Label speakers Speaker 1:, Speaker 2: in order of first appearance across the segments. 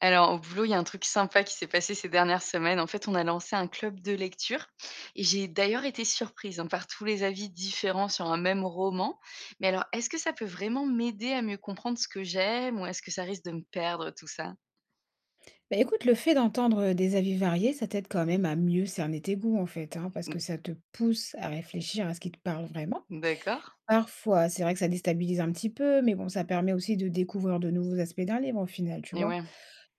Speaker 1: Alors, au boulot, il y a un truc sympa qui s'est passé ces dernières semaines. En fait, on a lancé un club de lecture et j'ai d'ailleurs été surprise, hein, par tous les avis différents sur un même roman. Mais alors, est-ce que ça peut vraiment m'aider à mieux comprendre ce que j'aime ou est-ce que ça risque de me perdre tout ça?
Speaker 2: Bah, écoute, le fait d'entendre des avis variés, ça t'aide quand même à mieux cerner tes goûts, en fait, hein, parce
Speaker 1: M-.
Speaker 2: que ça te pousse à réfléchir à ce qui te parle vraiment.
Speaker 1: D'accord.
Speaker 2: Parfois, c'est vrai que ça déstabilise un petit peu, mais bon, ça permet aussi de découvrir de nouveaux aspects d'un livre, au final, tu
Speaker 1: Et
Speaker 2: vois.
Speaker 1: ouais.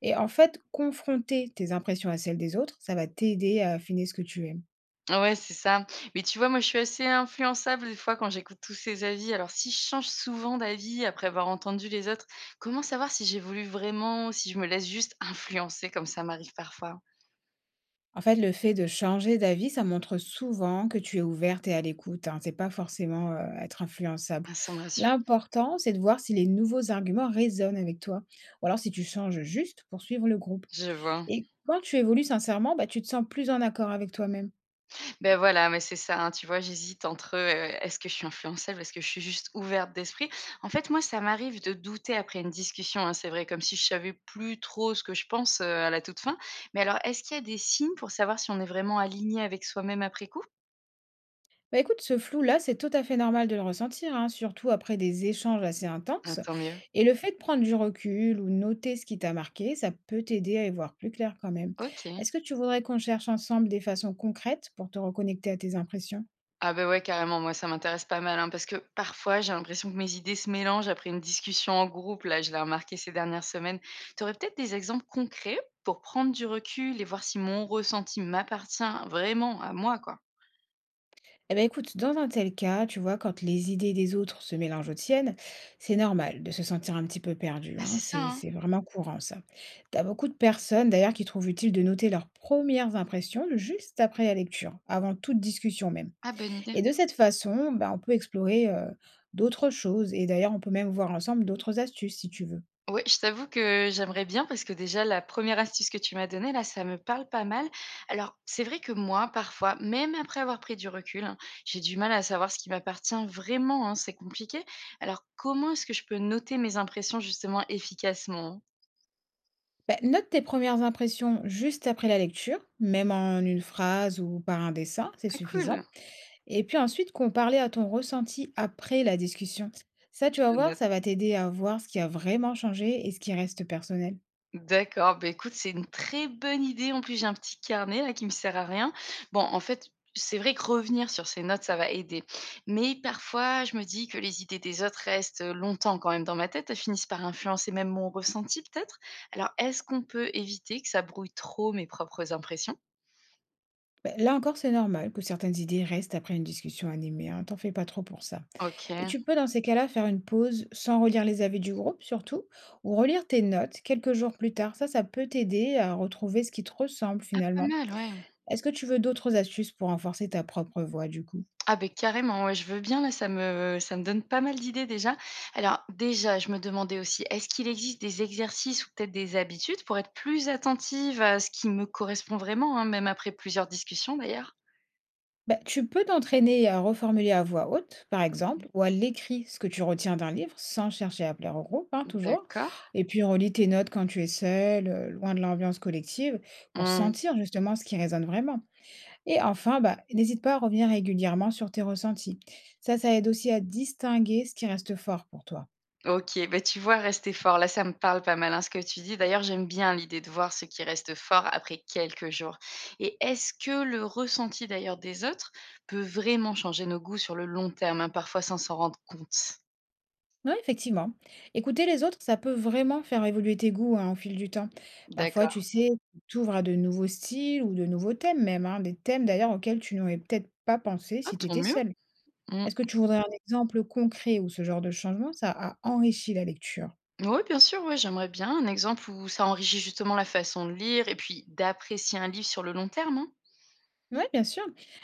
Speaker 2: Et en fait, confronter tes impressions à celles des autres, ça va t'aider à affiner ce que tu aimes.
Speaker 1: Ah ouais, c'est ça. Mais tu vois, moi, je suis assez influençable des fois quand j'écoute tous ces avis. Alors, si je change souvent d'avis après avoir entendu les autres, comment savoir si j'évolue vraiment, si je me laisse juste influencer comme ça m'arrive parfois?
Speaker 2: En fait, le fait de changer d'avis, ça montre souvent que tu es ouverte et à l'écoute, hein. C'est pas forcément, être influençable.
Speaker 1: Ah, ça me rassure.
Speaker 2: L'important, c'est de voir si les nouveaux arguments résonnent avec toi ou alors si tu changes juste pour suivre le groupe
Speaker 1: Je vois.
Speaker 2: et quand tu évolues sincèrement, bah, tu te sens plus en accord avec toi-même.
Speaker 1: Ben voilà, mais c'est ça, hein, tu vois? J'hésite entre, est-ce que je suis influençable? Est-ce que je suis juste ouverte d'esprit? En fait, moi, ça m'arrive de douter après une discussion, hein, c'est vrai, comme si je savais plus trop ce que je pense, à la toute fin. Mais alors, est-ce qu'il y a des signes pour savoir si on est vraiment aligné avec soi-même après coup?
Speaker 2: Bah écoute, ce flou-là, c'est tout à fait normal de le ressentir, hein, surtout après des échanges assez
Speaker 1: Ah
Speaker 2: intenses.
Speaker 1: tant mieux.
Speaker 2: Et le fait de prendre du recul ou noter ce qui t'a marqué, ça peut t'aider à y voir plus clair quand même.
Speaker 1: OK.
Speaker 2: Est-ce que tu voudrais qu'on cherche ensemble des façons concrètes pour te reconnecter à tes impressions?
Speaker 1: Ah beh, ouais, carrément, moi ça m'intéresse pas mal, hein, parce que parfois j'ai l'impression que mes idées se mélangent après une discussion en groupe, là, je l'ai remarqué ces dernières semaines. Tu aurais peut-être des exemples concrets pour prendre du recul et voir si mon ressenti m'appartient vraiment à moi, quoi?
Speaker 2: Eh ben écoute, dans un tel cas, tu vois, quand les idées des autres se mélangent aux tiennes, c'est normal de se sentir un petit peu perdu,
Speaker 1: Bah,
Speaker 2: hein,
Speaker 1: c'est ça,
Speaker 2: C'est,
Speaker 1: hein.
Speaker 2: c'est vraiment courant, ça. T'as beaucoup de personnes, d'ailleurs, qui trouvent utile de noter leurs premières impressions juste après la lecture, avant toute discussion même.
Speaker 1: Ah, bonne idée.
Speaker 2: Et de cette façon, bah, on peut explorer, d'autres choses et d'ailleurs, on peut même voir ensemble d'autres astuces si tu veux.
Speaker 1: Oui, je t'avoue que j'aimerais bien parce que déjà la première astuce que tu m'as donnée là, ça me parle pas mal. Alors, c'est vrai que moi, parfois, même après avoir pris du recul, hein, j'ai du mal à savoir ce qui m'appartient vraiment, hein, c'est compliqué. Alors, comment est-ce que je peux noter mes impressions justement efficacement?
Speaker 2: Bah, note tes premières impressions juste après la lecture, même en une phrase ou par un dessin, c'est
Speaker 1: Ah
Speaker 2: suffisant
Speaker 1: cool!
Speaker 2: et puis ensuite, compare-les à ton ressenti après la discussion. Ça, tu vas
Speaker 1: Je
Speaker 2: voir,
Speaker 1: note.
Speaker 2: ça va t'aider à voir ce qui a vraiment changé et ce qui reste personnel.
Speaker 1: D'accord, bah, écoute, c'est une très bonne idée. En plus, j'ai un petit carnet là qui me sert à rien. Bon, en fait, c'est vrai que revenir sur ces notes, ça va aider. Mais parfois, je me dis que les idées des autres restent longtemps quand même dans ma tête. Elles finissent par influencer même mon ressenti, peut-être. Alors, est-ce qu'on peut éviter que ça brouille trop mes propres impressions?
Speaker 2: Bah, là encore, c'est normal que certaines idées restent après une discussion animée, hein, t'en fais pas trop pour ça.
Speaker 1: Ok,
Speaker 2: Et tu peux dans ces cas-là faire une pause sans relire les avis du groupe surtout, ou relire tes notes quelques jours plus tard. Ça peut t'aider à retrouver ce qui te ressemble
Speaker 1: pas
Speaker 2: finalement.
Speaker 1: mal, ouais.
Speaker 2: Est-ce que tu veux d'autres astuces pour renforcer ta propre voix du coup?
Speaker 1: Ah ben carrément, ouais, je veux bien là, ça me donne pas mal d'idées déjà. Alors déjà, je me demandais aussi, est-ce qu'il existe des exercices ou peut-être des habitudes pour être plus attentive à ce qui me correspond vraiment, hein, même après plusieurs discussions d'ailleurs?
Speaker 2: Bah, tu peux t'entraîner à reformuler à voix haute, par exemple, ou à l'écrit ce que tu retiens d'un livre sans chercher à plaire au groupe, hein, toujours.
Speaker 1: D'accord.
Speaker 2: Et puis relis tes notes quand tu es seul, loin de l'ambiance collective, pour
Speaker 1: Mmh.
Speaker 2: sentir justement ce qui résonne vraiment. Et enfin, bah, n'hésite pas à revenir régulièrement sur tes ressentis. Ça aide aussi à distinguer ce qui reste fort pour toi.
Speaker 1: OK, bah, tu vois, rester fort, là, ça me parle pas mal, hein, ce que tu dis. D'ailleurs, j'aime bien l'idée de voir ce qui reste fort après quelques jours. Et est-ce que le ressenti d'ailleurs des autres peut vraiment changer nos goûts sur le long terme, hein, parfois sans s'en rendre compte?
Speaker 2: Oui, effectivement. Écouter les autres, ça peut vraiment faire évoluer tes goûts hein, au fil du temps. Parfois, tu
Speaker 1: D'accord.
Speaker 2: sais, tu t'ouvres à de nouveaux styles ou de nouveaux thèmes même, hein, des thèmes d'ailleurs auxquels tu n'aurais peut-être pas pensé
Speaker 1: Ah,
Speaker 2: si tu
Speaker 1: tant
Speaker 2: étais
Speaker 1: mieux.
Speaker 2: seule.
Speaker 1: Mmh.
Speaker 2: Est-ce que tu voudrais un exemple concret où ce genre de changement, ça a enrichi la lecture?
Speaker 1: Ouais, bien sûr, ouais, j'aimerais bien un exemple où ça enrichit justement la façon de lire et puis d'apprécier un livre sur le long terme, hein.
Speaker 2: Oui, bien sûr.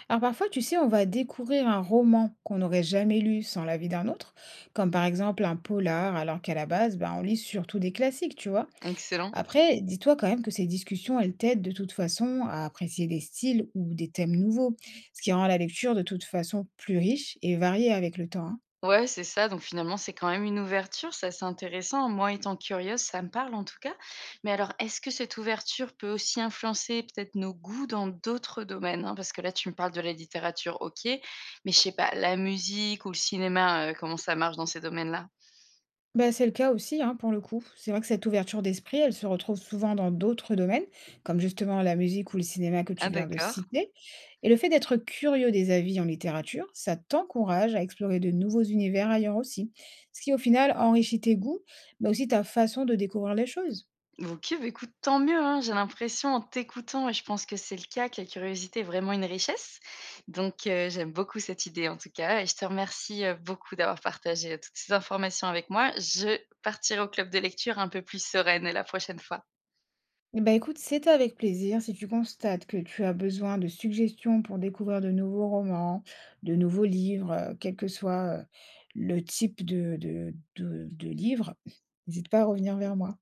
Speaker 2: Alors parfois, tu sais, on va découvrir un roman qu'on n'aurait jamais lu sans l'avis d'un autre, comme par exemple un polar, alors qu'à la base, ben, on lit surtout des classiques, tu vois.
Speaker 1: Excellent.
Speaker 2: Après, dis-toi quand même que ces discussions, elles t'aident de toute façon à apprécier des styles ou des thèmes nouveaux, ce qui rend la lecture de toute façon plus riche et variée avec le temps. Hein.
Speaker 1: Ouais, c'est ça. Donc finalement, c'est quand même une ouverture, ça c'est intéressant. Moi, étant curieuse, ça me parle en tout cas. Mais alors, est-ce que cette ouverture peut aussi influencer peut-être nos goûts dans d'autres domaines, hein? Parce que là, tu me parles de la littérature, OK, mais je sais pas, la musique ou le cinéma, comment ça marche dans ces domaines-là?
Speaker 2: Bah, c'est le cas aussi, hein, pour le coup. C'est vrai que cette ouverture d'esprit, elle se retrouve souvent dans d'autres domaines, comme justement la musique ou le cinéma que tu
Speaker 1: Ah
Speaker 2: viens de
Speaker 1: d'accord.
Speaker 2: citer. Et le fait d'être curieux des avis en littérature, ça t'encourage à explorer de nouveaux univers ailleurs aussi. Ce qui, au final, enrichit tes goûts, mais aussi ta façon de découvrir les choses.
Speaker 1: OK, bah, écoute, tant mieux, hein. J'ai l'impression en t'écoutant et je pense que c'est le cas, que la curiosité est vraiment une richesse. Donc j'aime beaucoup cette idée en tout cas et je te remercie, beaucoup d'avoir partagé, toutes ces informations avec moi. Je partirai au club de lecture un peu plus sereine la prochaine fois.
Speaker 2: Eh ben, écoute, c'est avec plaisir. Si tu constates que tu as besoin de suggestions pour découvrir de nouveaux romans, de nouveaux livres, quel que soit le type de livre, n'hésite pas à revenir vers moi.